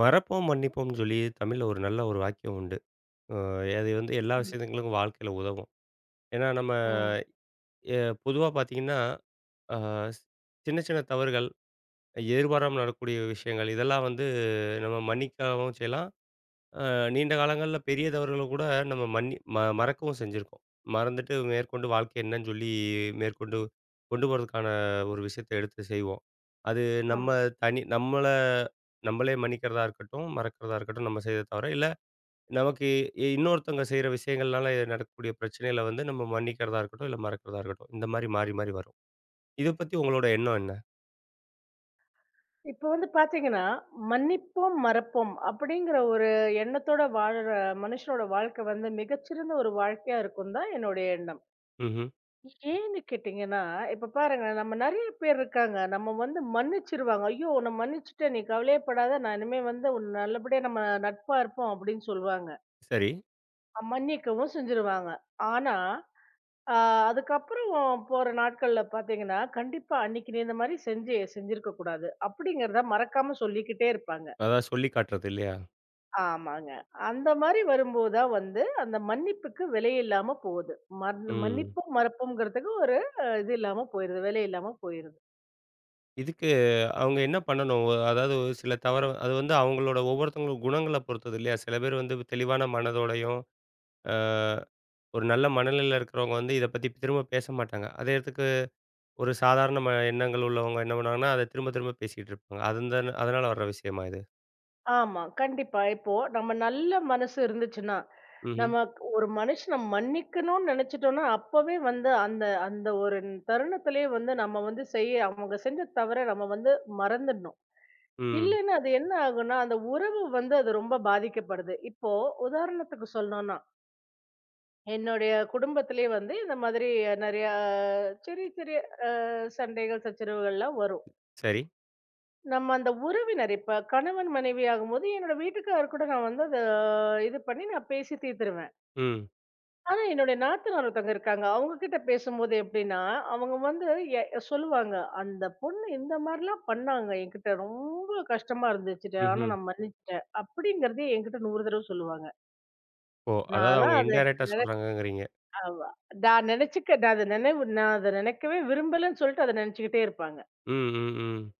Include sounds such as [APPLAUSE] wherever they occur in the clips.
மறப்போம், மன்னிப்போம்ன்னு சொல்லி தமிழ்ல ஒரு நல்ல வாக்கியம் உண்டு. அ அது வந்து எல்லா ம். விஷயத்துங்களுக்கும் வாழ்க்கையில உதவும். ஏன்னா நம்ம ம். எ பொதுவா பார்த்தீங்கன்னா, அ சின்ன சின்ன தவறுகள், எதிர்பாராம நடக்கக்கூடிய விஷயங்கள் இதெல்லாம் வந்து நம்ம மன்னிக்கவும் செய்யலாம். அ நீண்ட காலங்கள்ல பெரிய தவறுகள கூட நம்ம மன்னி ம மறக்கவும் செஞ்சிருக்கோம். மறந்துட்டு மேற்கொண்டு வாழ்க்கை என்னன்னு சொல்லி மேற்கொண்டு கொண்டு போறதுக்கான ஒரு விஷயத்த எடுத்து செய்வோம். அது நம்ம ஆமா. தனி நம்மள நம்மளே மன்னிக்கிறதா இருக்கட்டும், மறக்கிறதா இருக்கட்டும் நம்ம செய்த தவற. இல்ல நமக்கு இன்னொருத்தவங்க செய்ற விஷயங்கள்னால நடக்கக்கூடிய பிரச்சனைகள வந்து நம்ம மன்னிக்கிறதா இருக்கட்டும், இல்ல மறக்கிறதா இருக்கட்டும். இந்த மாரி மாறி மாறி வரும். இத பத்தி உங்களோட எண்ணம் என்ன? இப்போ வந்து பார்த்தீங்கன்னா, மன்னிப்போம், மறப்போம் அப்படிங்கிற ஒரு எண்ணத்தோட வாழுற மனுஷனோட வாழ்க்கை வந்து மிகச்சிறந்த ஒரு வாழ்க்கையா இருக்கும் தான் என்னுடைய எண்ணம். ம்ஹ்ம். ஏன்னு கேட்டீங்கன்னா, இப்ப பாருங்களேன், நம்ம நெறைய பேர் இருக்காங்க. நம்ம வந்து மன்னிச்சுருவாங்க. "ஐயோ! நான் மன்னிச்சுட்டேன். நீ கவலையேப்படாத. நான் இனிமே வந்து உன் நல்லபடியா நம்ம நட்பா இருப்போம்" அப்படின்னு சொல்லுவாங்க. சரி. மன்னிக்கவும் செஞ்சுருவாங்க. ஆனா ஆ, அதுக்கப்புறம் போற நாட்கள்ல பாத்தீங்கன்னா, கண்டிப்பா அன்னைக்கு நீ இந்த மாரி செஞ்சிருக்க கூடாது அப்படிங்கிறத மறக்காம சொல்லிக்கிட்டே இருப்பாங்க. அதாவது சொல்லி காட்டுறது இல்லையா? ஆமாங்க. அந்த மாரி வரும்போது தான் வந்து, அந்த மன்னிப்புக்கு விலையில்லாம போகுது. மன் ம். மன்னிப்பும் மறப்பும்ங்கிறதுக்கு ஒரு அ இது இல்லாம போயிருது. விலை இல்லாம போயிருது. இதுக்கு அவங்க என்ன பண்ணணும்? அதாவது ஒரு சில தவற அது வந்து அவங்களோட ஒவ்வொருத்தவங்களோட குணங்கள பொறுத்தது இல்லையா? சில பேர் வந்து தெளிவான மனதோடையும், அ ஒரு நல்ல மனநிலையில இருக்கிறவங்க வந்து இத பத்தி திரும்ப பேச மாட்டாங்க. அதே இடத்துக்கு ஒரு சாதாரண எண்ணங்கள் உள்ளவங்க என்ன பண்ணுவாங்கன்னா, அத திரும்ப திரும்ப பேசிட்டு இருப்பாங்க. அதுந்தன் அதனால வர்ற விஷயமா இது? ஆமா. கண்டிப்பா. இப்போ நம்ம நல்ல மனசு இருந்துச்சுன்னா, ம்ஹ்ம். நம்ம ஒரு மனுஷன மன்னிக்கணும்னு நெனைச்சிட்டோம்னா, அப்பவே வந்து அந்த அந்த ஒரு தருணத்திலேயே வந்து நம்ம வந்து செய்ய அவங்க செஞ்ச தவற நம்ம வந்து மறந்துடணும். ம். இல்லைன்னா அது என்ன ஆகும்னா, அந்த உறவு வந்து அது ரொம்ப பாதிக்கப்படுது. இப்போ உதாரணத்துக்கு சொல்லணும்னா, என்னுடைய குடும்பத்திலேயே வந்து இந்த மாதிரி நெறையா சிறிய சிறிய அ சண்டைகள், சச்சரவுகள்லாம் வரும். சரி. நம்ம அந்த உறவினர் இப்ப கணவன், மனைவி ஆகும்போது என்னோட வீட்டுக்காரர் கூட நான் வந்து அத இது பண்ணி நான் பேசி தீர்த்துருவேன். ம். ஆனா, என்னுடைய நாத்தனார் ஒருத்தவங்க இருக்காங்க. அவங்க கிட்ட பேசும்போது எப்படின்னா, அவங்க வந்து எ எ- சொல்லுவாங்க. "அந்த பொண்ணு இந்த மாரிலாம் பண்ணாங்க. என்கிட்ட ரொம்ப கஷ்டமா இருந்துச்சுட்டு. ஆனா ம்ஹ்ம். நான் மன்னிச்சுட்டேன்." அப்படிங்கிறதையே என்கிட்ட 100 தடவ சொல்லுவாங்க. ஓ! அதாவது அவங்க நான்லாம் அத இன்டைரக்ட்டா நென சொல்றாங்கங்கிறீங்க. ஆமா. நான் நெனச்சுக்க நான் அத நினைவு நான் அத நினைக்கவே விரும்பலன்னு சொல்லிட்டு அத நெனச்சுக்கிட்டே இருப்பாங்க. ம், ம், ம்.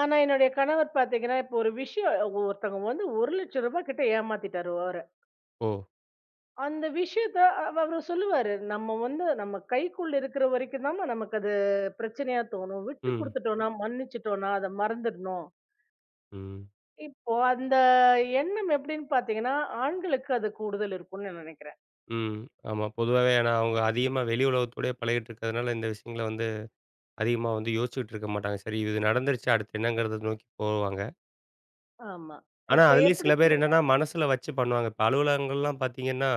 ஆனா, என்னுடைய கணவர் பார்த்தீங்கன்னா, இப்போ ஒரு விஷயம். ஒருத்தவங்க வந்து ரூ. 1,00,000 கிட்ட ஏமாத்திட்டாரு. ஓ! அந்த விஷயத்த அவரு சொல்லுவாரு. நம்ம வந்து நம்ம கைக்குள்ள இருக்கிற வரைக்கும் தாம்மா நமக்கு அது பிரச்சனையா தோணும். விட்டு ம், குடுத்துட்டோம்னா, மன்னிச்சுட்டோம்னா, அத மறந்துடணும். ம், இப்போ அந்த எண்ணம் எப்படின்னு பார்த்தீங்கன்னா, ஆண்களுக்கு அது கூடுதல் இருக்கும்னு நான் நினைக்கிறேன். ம். ஆமா. பொதுவாவே ஏன்னா அவங்க அதிகமா வெளி உலகத்தோடயே பழகிட்டு இருக்கிறதுனால, இந்த விஷயங்கள வந்து அதிகமா வந்து யோசிச்சுட்டு இருக்க மாட்டாங்க. சரி, இது நடந்துருச்சு அடுத்து என்னங்கிறத நோக்கி போவாங்க. ஆமா. ஆனா இப்ப அதுலயும் எப்படி. சில பேர் என்னன்னா, மனசுல வச்சு பண்ணுவாங்க. இப்ப அலுவலகங்கள்லாம் பார்த்தீங்கன்னா,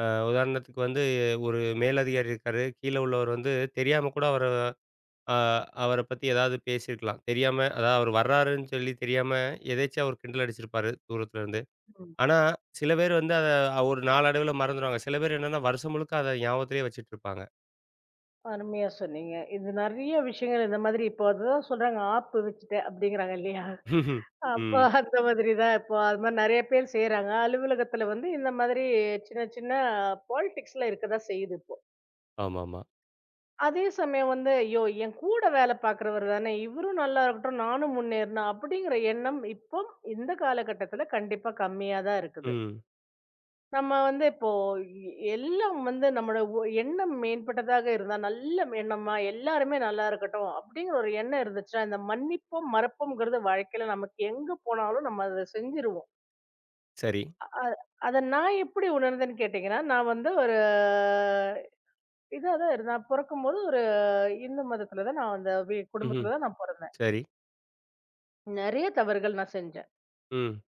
அ உதாரணத்துக்கு வந்து ஒரு மேலதிகாரி இருக்காரு. கீழ உள்ளவர் வந்து தெரியாம கூட ஆ அவர பத்தி ஏதாவது பேசியிருக்கலாம். தெரியாம அதாவது அவர் வர்றாருன்னு சொல்லி தெரியாம எதேர்ச்சியா ஒரு கிண்டல் அடிச்சிருப்பாரு தூரத்துல இருந்து. ம். ஆனா, சில பேர் வந்து அத ஒரு நாளடைவுல மறந்துருவாங்க. சில பேர் என்னன்னா, வருஷம் முழுக்க அத ஞாபகத்திலேயே வச்சுட்டுருப்பாங்க. அருமையா சொன்னீங்க. இது நெறைய விஷயங்கள் இந்த மாதிரி இப்போ அதுதான் சொல்றாங்க, ஆப்பு வச்சுட்டேன் அப்படிங்கிறாங்க இல்லையா? [LAUGHS] அப்போ ம். அந்த மாதிரி தான் இப்போ அது மாதிரி நெறைய பேர் செய்றாங்க. அலுவலகத்துல வந்து இந்த மாதிரி சின்ன சின்ன பாலிடிக்ஸ்லாம் இருக்க தான் செய்யுது இப்போ. ஆமாமா. அதே சமயம் வந்து, ஐயோ! என் கூட வேலை பார்க்கிறவர் தானே! இவரும் நல்லா இருக்கட்டும், நானும் முன்னேறணும் அப்படிங்கிற எண்ணம் இப்போ இந்த காலகட்டத்தில கண்டிப்பா கம்மியா தான் இருக்குது. ம். நம்ம வந்து இப்போ எல்லாம் வந்து நம்மோட எண்ணம் மேம்பட்டதாக இருந்தா, நல்ல எண்ணமா எல்லாருமே நல்லா இருக்கட்டும் அப்படிங்கிற ஒரு எண்ணம் இருந்துச்சுன்னா, இந்த மன்னிப்பும், மறப்பும்ங்கிறது வாழ்க்கையில நமக்கு எங்க போனாலும் நம்ம அத செஞ்சுருவோம். சரி. அ அத நான் எப்படி உணர்ந்தேன்னு கேட்டீங்கன்னா, நான் வந்து ஒரு இதா தான் இருந்தேன். நான் பொறக்கும்போது ஒரு இந்து மதத்துல தான் நான் அந்த ம்ஹ்ம். குடும்பத்துல தான் நான் பொறந்தேன். சரி. நெறைய தவறுகள் நான் செஞ்சேன். ம்.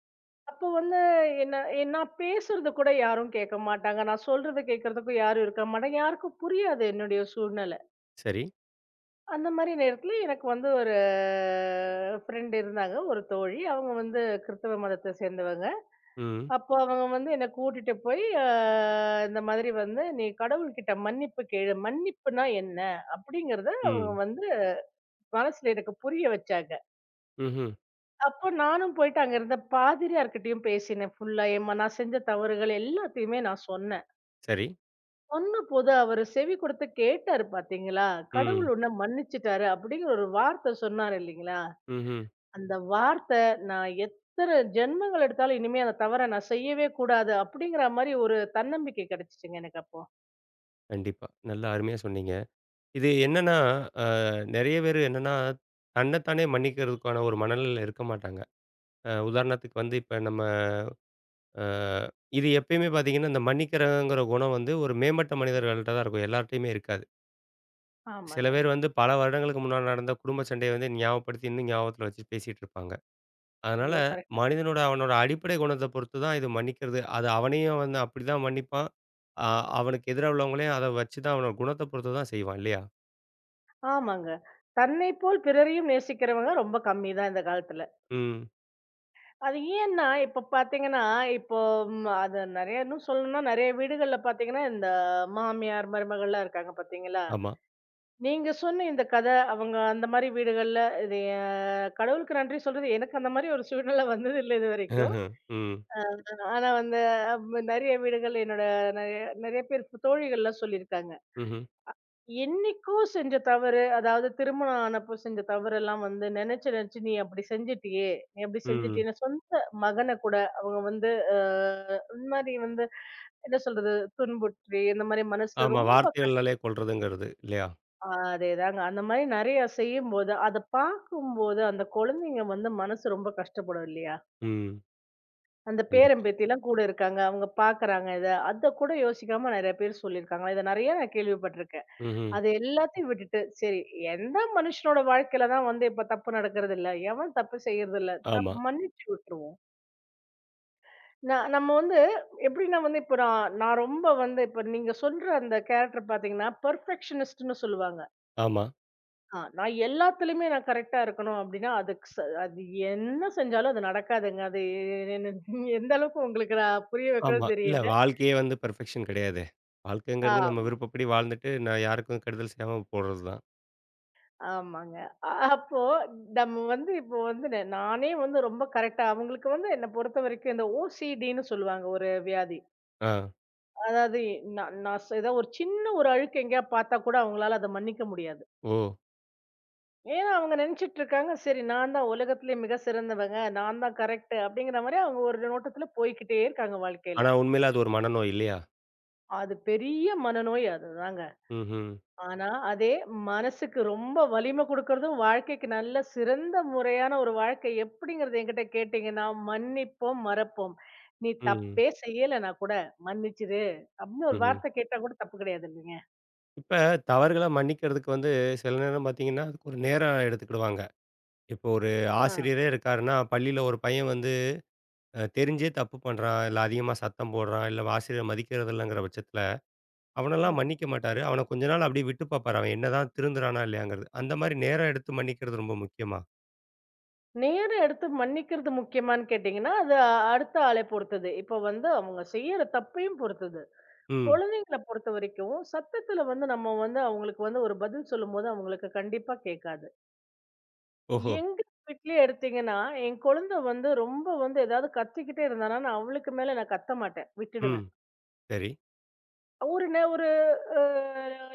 அப்போ வந்து என்ன நான் பேசுறது கூட யாரும் கேட்க மாட்டாங்க. நான் சொல்றத கேட்கறதுக்கும் யாரும் இருக்க மாட்டாங்க. யாருக்கும் புரியாது என்னுடைய சூழ்நிலை. சரி. அந்த மாரி நேரத்துல எனக்கு வந்து ஒரு ஃப்ரெண்ட் இருந்தாங்க. ஒரு தோழி. அவங்க வந்து கிறிஸ்தவ மதத்த சேர்ந்தவங்க. ம். அப்போ அவங்க வந்து என்ன கூட்டிட்டு போய் இந்த மாதிரி வந்து, "நீ கடவுள்கிட்ட மன்னிப்பு கேளு. மன்னிப்புனா என்ன?" அப்படிங்கிறத அவங்க ம். வந்து மனசுல எனக்கு புரிய வச்சாங்க. ம்ஹ்ம். அப்போ நானும் போயிட்டு அங்க இருந்த பாதிரியார்கிட்டயும் பேசினேன். ஃபுல்லா ஏம்மா நான் செஞ்ச தவறுகள் எல்லாத்தையுமே நான் சொன்னேன். சரி. சொன்னபோது அவரு செவி கொடுத்து கேட்டாரு பார்த்தீங்களா? கடவுள் ம். உன்ன மன்னிச்சுட்டாரு அப்படிங்கிற ஒரு வார்த்தை சொன்னாரு இல்லைங்களா? ம்ஹ்ம். அந்த வார்த்தை நான் எத்தன ஜென்மங்கள் எடுத்தாலும் இனிமே அந்த தவற நான் செய்யவே கூடாது அப்படிங்கிற மாரி ஒரு தன்னம்பிக்கை கிடைச்சுச்சுங்க எனக்கு அப்போ. கண்டிப்பா. நல்லா அருமையா சொன்னீங்க. இது என்னன்னா, அ நெறைய பேரு என்னன்னா, தன்ன தானே மன்னிக்கிறதுக்கான ஒரு மனநிலையில இருக்க மாட்டாங்க. உதாரணத்துக்கு வந்து இப்ப நம்ம அ இது எப்பயுமே பார்த்தீங்கன்னா, இந்த மன்னிக்கிறங்கிற குணம் வந்து ஒரு மேம்பட்ட மனிதர்கள்ட்ட தான் இருக்கும். எல்லார்ட்டயுமே இருக்காது. சில ஆமாங்க. பேர் வந்து பல வருடங்களுக்கு முன்னாடி நடந்த குடும்ப சண்டைய வந்து ஞாபகப்படுத்தி, இன்னும் ஞாபகத்துல வச்சு பேசிட்டு இருப்பாங்க. அதனால ஐயோ! கரெக்ட். அவனோட அடிப்படை குணத்த பொறுத்து தான் இது மன்னிக்கிறது. அது அவனையும் வந்து அப்படிதான் மன்னிப்பான். அ அவனுக்கு எதிரா உள்ளவங்களையும் அத வச்சு தான் அவனோட குணத்த பொறுத்து தான் செய்வான் இல்லையா? ஆமாங்க. தன்னை போல் பிறரையும் நேசிக்கிறவங்க ரொம்ப கம்மி தான் இந்த காலத்துல. ம். அது ஏன்னா, இப்ப பார்த்தீங்கன்னா, இப்போ அது நெறைய இன்னும் சொல்லணும்னா, நெறைய வீடுகள்ல பார்த்தீங்கன்னா, இந்த மாமியார், மருமகள்லாம் இருக்காங்க பார்த்தீங்களா? ஆமா. நீங்க சொன்ன இந்த கதை, அவங்க அந்த மாரி வீடுகள்ல இது கடவுளுக்கு நன்றி சொல்றது, எனக்கு அந்த மாரி ஒரு சூழ்நிலை வந்தது இல்ல இதுவரைக்கும். ம்ஹ்ம். ம். ஆனா வந்து அ நெறைய வீடுகள்ல என்னோட நெறைய நெறைய பேர் தோழிகள்லாம் சொல்லியிருக்காங்க. ம்ஹ்ம். என்னைக்கோ செஞ்ச தவறு, அதாவது திருமணம் ஆனப்போ செஞ்ச தவறெல்லாம் வந்து நெனச்சு, நெனச்சு "நீ அப்படி செஞ்சுட்டியே! நீ அப்படி ம். செஞ்சுட்டியே!" என் சொந்த மகன கூட அவங்க வந்து அ இந்த மாரி வந்து என்ன சொல்றது? துன்புற்றி, இந்த மாரி மனசுல ஆமா. ரொம் வார்த்தைகள்னாலே கொல்றதுங்கிறது இல்லையா? அ அதேதாங்க. அந்த மாரி நெறையா செய்யும்போது, அத பார்க்கும்போது அந்த குழந்தைங்க வந்து மனசு ரொம்ப கஷ்டப்படும் இல்லையா? ம். அந்த பேரன், கண்டிப்பா. பேத்திலாம் கூட இருக்காங்க. அவங்க பார்க்குறாங்க இத. அத கூட யோசிக்காம நெறைய பேர் சொல்லியிருக்காங்க. இத நெறையா நான் கேள்விப்பட்டுருக்கேன். ம்ஹ்ம். அது எல்லாத்தையும் விட்டுட்டு, சரி எந்த மனுஷனோட வாழ்க்கையில தான் வந்து இப்ப தப்பு நடக்கிறது இல்ல. எவன் தப்பு செய்யறது இல்ல. தப் ஆமா. மன்னிச்சு விட்டுருவோம். நான் நம்ம வந்து எப்படின்னா வந்து இப்ப நான் நான் ரொம்ப வந்து இப்ப நீங்க சொல்ற அந்த கேரக்டர் பார்த்தீங்கன்னா, பெர்ஃபெக்ஷனிஸ்ட்ன்னு சொல்லுவாங்க. ஆமா, ஆ நான் எல்லாத்துலயுமே நான் கரெக்ட்டா இருக்கணும் அப்படின்னா, அதுக்கு ச அது என்ன செஞ்சாலும் அது நடக்காதுங்க. அது எ எ எந்த அளவுக்கு உங்களுக்கு நான் புரிய ஆமா. வைக்கிறேன்னு இல்ல தெரியல. வாழ்க்கையே வந்து பெர்ஃபெக்ஷன் கிடையாதே! ஆ. வாழ்க்கைங்கிறது நம்ம விருப்பப்படி வாழ்ந்துட்டு, நான் யாருக்கும் கெடுதல் செய்யாம போறது தான். ஆமாங்க. அப்போ நம்ம வந்து இப்போ வந்து நானே வந்து ரொம்ப கரெக்ட்டா அவங்களுக்கு வந்து என்ன பொறுத்தவரைக்கும் இந்த ஓசிடின்னு சொல்லுவாங்க ஒரு வியாதி. ஆ, அதாவது நான் ஏதோ ஒரு சின்ன ஒரு அழுக்கு எங்கேயா பார்த்தா கூட அவங்களால அத மன்னிக்க முடியாது. ஓ! ஏன்னா அவங்க நெனச்சுட்டு இருக்காங்க, சரி நான் தான் உலகத்திலேயே மிக சிறந்தவங்க, நான் தான் கரெக்ட் அப்படிங்கிற மாரி அவங்க ஒரு நோட்டத்துல போய்க்கிட்டே இருக்காங்க வாழ்க்கையில. ஆனா உண்மையில அது ஒரு மனநோய் இல்லையா? அது பெரிய மனநோய் அதுதாங்க. ம்ஹ்ம். ஆனா, அதே மனசுக்கு ரொம்ப வலிமை குடுக்குறதும், வாழ்க்கைக்கு நல்ல சிறந்த முறையான ஒரு வாழ்க்கை எப்படிங்கிறது என்கிட்ட கேட்டீங்கன்னா, மன்னிப்போம், மறப்போம். நீ ம். தப்பே செய்யலன்னா கூட, மன்னிச்சிரு அப்படின்னு ஒரு ம்ஹ்ம். வார்த்தை கேட்டா கூட தப்பு கிடையாது இல்லைங்க? இப்ப தவறுகள மன்னிக்கிறதுக்கு வந்து சில நேரம் பார்த்தீங்கன்னா, அதுக்கு ஒரு நேரம் எடுத்துக்கிடுவாங்க. இப்போ ஒரு ஆ. ஆசிரியரே இருக்காருன்னா, பள்ளியில ஒரு பையன் வந்து தெரிஞ்சே தப்பு பண்றான், இல்ல அதிகமா சத்தம் போடுறான், இல்ல ஆசிரியர் மதிக்கிறது இல்லங்கிற பட்சத்தில, அவனெல்லாம் ம். மன்னிக்க மாட்டாரு. அவன கொஞ்ச நாள் அப்படியே விட்டு பார்ப்பாரு. அவன் என்னதான் திருந்துறானா இல்லையாங்கிறது. அந்த மாரி நேரம் எடுத்து மன்னிக்கிறது ரொம்ப முக்கியமா? நேரம் எடுத்து மன்னிக்கிறது முக்கியமான்னு கேட்டீங்கன்னா, அது அடுத்த ஆளை பொறுத்தது. இப்போ வந்து அவங்க செய்யற தப்பையும் பொறுத்தது. ம். குழந்தைங்கள பொறுத்தவரைக்கும், சத்தத்துல வந்து நம்ம வந்து அவங்களுக்கு வந்து ஒரு பதில் சொல்லும்போது, அவங்களுக்கு கண்டிப்பா கேட்காது. ஓஹோ! எங்க வீட்லயே எடுத்தீங்கன்னா, என் குழந்தை வந்து ரொம்ப வந்து ஏதாவது கத்திக்கிட்டே இருந்தான்னா, நான் அவளுக்கு மேல நான் கத்த மாட்டேன். ம். விட்டுடுவேன். சரி. ஒரு நே ஒரு அ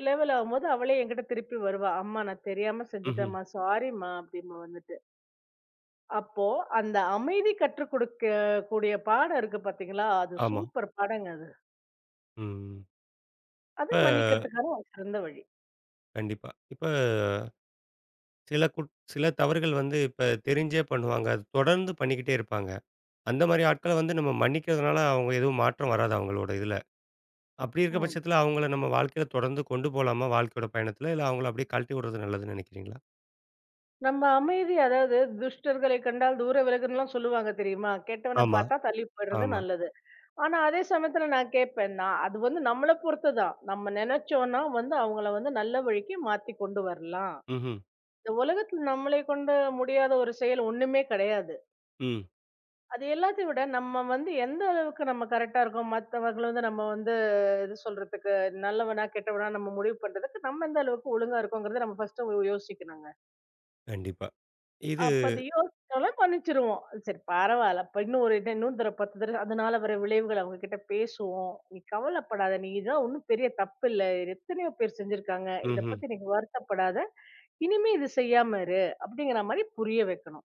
லெவல் ஆகும்போது அவளே என்கிட்ட திருப்பி வருவா. "அம்மா நான் தெரியாம ம்ஹ்ம். செஞ்சுட்டேன்ம்மா. சாரிம்மா" அப்படிம்பா வந்துட்டு. அப்போ அந்த அமைதி கற்றுக் கொடுக்க கூடிய பாடம் இருக்கு பார்த்தீங்களா? அது ஆமா. சூப்பர் பாடங்க அது. ம். அது இப்ப மன்னிக்கிறதுக்கான ஒரு சிறந்த வழி. கண்டிப்பா. இப்ப சில தவறுகள் வந்து இப்ப தெரிஞ்சே பண்ணுவாங்க. அது தொடர்ந்து பண்ணிக்கிட்டே இருப்பாங்க. அந்த மாரி ஆட்கள வந்து நம்ம மன்னிக்கிறதுனால அவங்க எதுவும் மாற்றம் வராது அவங்களோட இதுல. அப்படி இருக்க ம். பட்சத்தில அவங்கள நம்ம வாழ்க்கையில தொடர்ந்து கொண்டு போலாமா? வாழ்க்கையோட பயணத்தில. இல்ல அவங்கள அப்படியே கழட்டி விடுறது நல்லதுன்னு நினைக்கிறீங்களா? நம்ம அமைதி அதாவது துஷ்டர்களை கண்டால் தூர விலகுன்னுலாம் சொல்லுவாங்க தெரியுமா? கெட்டவன ஆமா, பார்த்தா தள்ளி போயிடுறது ஆமா. நல்லது. ஆனா, அதே சமயத்துல நான் கேட்பேன். நான் அது வந்து நம்மள பொறுத்துதான். நம்ம நெனச்சோம்ன்னா வந்து அவங்கள வந்து நல்ல வழிக்கு மாத்தி கொண்டு வரலாம். ம்ஹ்ம். இந்த உலகத்துல நம்மளை கொண்டு முடியாத ஒரு செயல் ஒண்ணுமே கிடையாது. ம். அது எல்லாத்தையும் விட நம்ம வந்து எந்த அளவுக்கு நம்ம கரெக்ட்டா இருக்கோம், மத்தவங்கள வந்து நம்ம வந்து எது சொல்றதுக்கு நல்லவனா, கெட்டவனா நம்ம முடிவு பண்றதுக்கு நம்ம எந்த அளவுக்கு ஒழுங்கா இருக்கோங்கிறத நம்ம ஃபர்ஸ்ட்டு யோசிக்கணுங்க. கண்டிப்பா. இது அப்ப அது யோசிச்சாலும் மன்னிச்சிருவோம். சரி பரவால்ல. அப்ப இன்னும் ஒரு இது இன்னும் தடவ 10 தடவ அதனால வர விளைவுகள் அவங்க கிட்ட பேசுவோம். நீ கவலைப்படாத. நீ இதெல்லாம் ஒண்ணும் பெரிய தப்பில்ல. எத்தனையோ பேர் செஞ்சிருக்காங்க. இத ம்ஹ்ம். பத்தி நீ வருத்தப்படாத. இனிமே இது செய்யாம இரு. அப்படிங்கிற மாரி புரிய வைக்கணும்.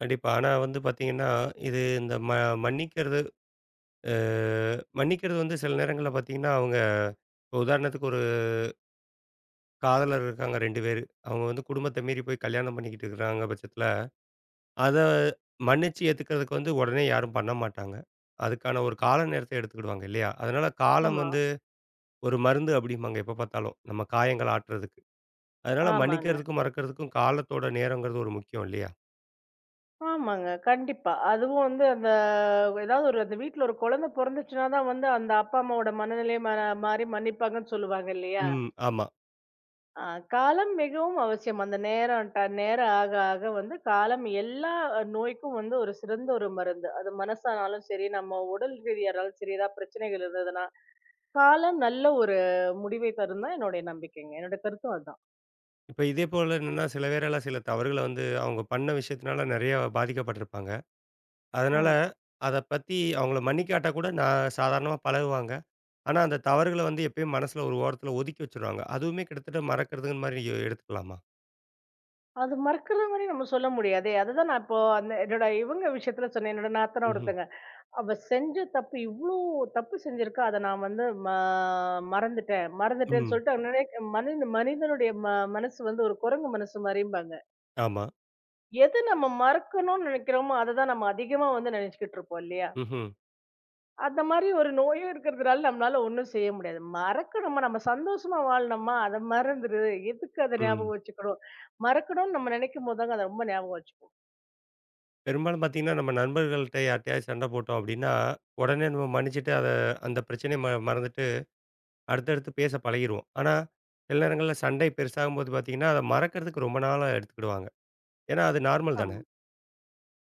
கண்டிப்பா. ஆனா வந்து பார்த்தீங்கன்னா, இது இந்த ம மன்னிக்கிறது அ மன்னிக்கிறது வந்து சில நேரங்கள்ல பார்த்தீங்கன்னா, அவங்க இப்போ உதாரணத்துக்கு ஒரு காதலர் இருக்காங்க 2 பேரு. அவங்க வந்து குடும்பத்த மீறி போய் கல்யாணம் பண்ணிக்கிட்டு இருக்கிறாங்க பட்சத்தில, அத மன்னிச்சு ஏத்துக்கிறதுக்கு வந்து உடனே யாரும் பண்ண மாட்டாங்க. அதுக்கான ஒரு கால நேரத்த எடுத்துக்கிடுவாங்க இல்லையா? அதனால காலம் ஆமா. வந்து ஒரு மருந்து அப்படிம்பாங்க எப்ப பார்த்தாலும். நம்ம காயங்கள ஆற்றுறதுக்கு. அதனால ஆமாங்க. மன்னிக்கிறதுக்கும், மறக்கிறதுக்கும் காலத்தோட நேரங்கிறது ஒரு முக்கியம் இல்லையா? ஆமாங்க. கண்டிப்பா. அதுவும் வந்து அந்த ஏதாவது ஒரு அந்த வீட்ல ஒரு குழந்தை பொறந்துச்சுன்னா தான் வந்து அந்த அப்பா, அம்மாவோட மனநிலை ம மாறி மன்னிப்பாங்கன்னு சொல்லுவாங்க இல்லையா? ம். ஆமா. ஆ காலம் மிகவும் அவசியம். அந்த நேரம் நேரம் ஆக ஆக வந்து காலம் எல்லா நோய்க்கும் வந்து ஒரு சிறந்த ஒரு மருந்து. அது மனசானாலும் சரி, நம்ம உடல் ரீதியானாலும் சரி, ஏதாவது பிரச்சனைகள் இருந்ததுன்னா, காலம் நல்ல ஒரு முடிவை தரும் தான் என்னுடைய நம்பிக்கைங்க. என்னோட கருத்தும் அதான். இப்ப இதே போல என்னன்னா, சில பேரெல்லாம் சில தவறுகள வந்து அவங்க பண்ண விஷயத்தினால நெறைய பாதிக்கப்பட்டிருப்பாங்க. அதனால, ம். அத பத்தி அவங்கள மன்னிக்காட்டா கூட நான் சாதாரணமா பழகுவாங்க. ஆனா, அந்த தவறுகள வந்து எப்பயும் மனசுல ஒரு ஓரத்துல ஒதுக்கி வச்சுருவாங்க. அதுவுமே கிட்டத்தட்ட மறக்கிறதுங்கிற மாரி எடுத்துக்கலாமா? அது மறுக்கிற மாரி நம்ம சொல்ல முடியாதே! அதுதான் நான் இப்போ அந்த என்னோட இவங்க விஷயத்துல சொன்னேன். என்னோட நாத்தனார் ம்ஹ்ம். ஒருத்தங்க அவ செஞ்ச தப்பு இவ்ளோ தப்பு செஞ்சிருக்கா, அத நான் வந்து மறந்துட்டேன். மறந்துட்டேன்னு ம். சொல்லிட்டு மனிதனுடைய மனசு வந்து ஒரு குரங்கு மனசு மாரிம்பாங்க. ஆமா. எது நம்ம மறக்கணும்னு நினைக்கிறோமோ, அததான் நம்ம அதிகமா வந்து நினைச்சுக்கிட்டு இருப்போம் இல்லையா? ம்ஹ்ம். அந்த மாரி ஒரு நோயும் இருக்கிறதுனால நம்மளால ஒண்ணும் செய்ய முடியாது. மறக்கணுமா, நம்ம சந்தோஷமா வாழ்னோமா, அத மறந்துரு. எதுக்கு அத ம். ஞாபகம் வச்சுக்கணும்? மறக்கணும்னு நம்ம நினைக்கும்போது தாங்க அத ரொம்ப ஞாபகம் வச்சுப்போம். பெரும்பாலும் பார்த்தீங்கன்னா, நம்ம நண்பர்கள்ட்ட யார்ட்டயாவது சண்ட போட்டோம் அப்டின்னா, உடனே நம்ம மன்னிச்சுட்டு அத அந்த பிரச்சனைய ம மறந்துட்டு அடுத்தடுத்து பேச பழகிருவோம். ஆனா, சில நேரங்கள்ல சண்டை பெருசாகும்போது பார்த்தீங்கன்னா, அத மறக்கிறதுக்கு ரொம்ப நாளா எடுத்துக்கிடுவாங்க. ஏன்னா, அது நார்மல் ஆமா. தானே!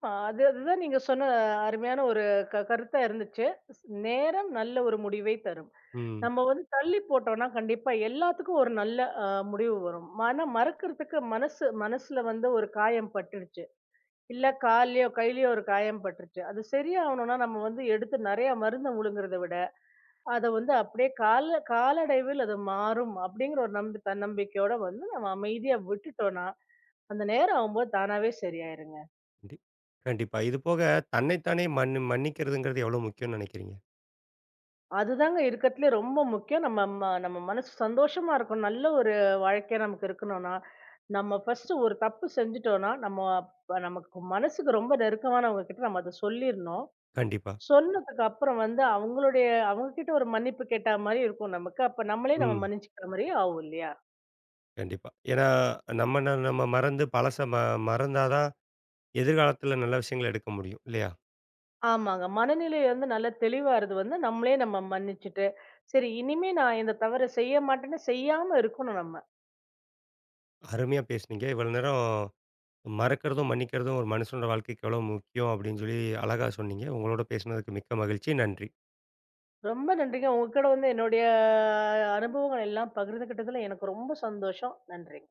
ஆ, அது அதுதான் நீங்க சொன்ன அருமையான ஒரு கருத்தா இருந்துச்சு. நேரம் நல்ல ஒரு முடிவை தரும். ம். நம்ம வந்து தள்ளி போட்டோம்னா, கண்டிப்பா எல்லாத்துக்கும் ஒரு நல்ல அ முடிவு வரும். ஆனா மறக்கறதுக்கு மனசுல வந்து ஒரு காயம் பட்டுடுச்சு. இல்ல கால்லயோ, கையிலயோ ஒரு காயம் பட்டுருச்சு. அது சரியாகணும்னா, நம்ம வந்து எடுத்து நெறைய மருந்த முழுங்குறத விட, அத வந்து அப்படியே கால காலடைவில் அது மாறும் அப்படிங்கிற ஒரு நம்பி தன்னம்பிக்கையோட வந்து நம்ம அமைதியா விட்டுட்டோம்னா, அந்த நேரம் ஆகும்போது தானாவே சரியாயிருங்க. கண்டி கண்டிப்பா. இது போக தன்னைத்தானே மன்னிக்கிறதுங்கிறது எவ்வளோ முக்கியம்னு நினைக்கிறீங்க? அதுதாங்க இருக்கறதுலயே ரொம்ப முக்கியம். நம்ம ம நம்ம மனசு சந்தோஷமா இருக்கணும். நல்ல ஒரு வாழ்க்கை நமக்கு இருக்கணும்னா, நம்ம ஃபர்ஸ்ட்டு ஒரு தப்பு செஞ்சுட்டோம்னா, நம்ம நமக்கு மனசுக்கு ரொம்ப நெருக்கமானவங்க கிட்ட நம்ம அத சொல்லிரணும். கண்டிப்பா. சொன்னதுக்கு அப்புறம் வந்து அவங்களுடைய அவங்க கிட்ட ஒரு மன்னிப்பு கேட்டா மாரி இருக்கும் நமக்கு. அப்ப நம்மளே நம்ம ம். மன்னிச்சுக்கிற மாரியே ஆகும் இல்லையா? கண்டிப்பா. ஏன்னா நம்ம மறந்து பழச ம மறந்தா தான் எதிர்காலத்தில நல்ல விஷயங்கள எடுக்க முடியும் இல்லையா? ஆமாங்க. மனநிலை வந்து நல்லா தெளிவாறது வந்து நம்மளே நம்ம மன்னிச்சுட்டு, சரி இனிமே நான் இந்த தவற செய்ய மாட்டேன்னு செய்யாம இருக்கணும் நம்ம. அருமையா பேசுனீங்க. இவ்வளோ நேரம் மறக்கிறதும், மன்னிக்கிறதும் ஒரு மனுஷனோட வாழ்க்கைக்கு எவ்வளோ முக்கியம் அப்படின்னு சொல்லி அழகா சொன்னீங்க. உங்களோட பேசினதுக்கு மிக்க மகிழ்ச்சி. நன்றி. ரொம்ப நன்றிங்க. உங்க கூட வந்து என்னுடைய அனுபவங்கள் எல்லாம் பகிர்ந்துக்கிட்டதுல எனக்கு ரொம்ப சந்தோஷம். நன்றிங்க.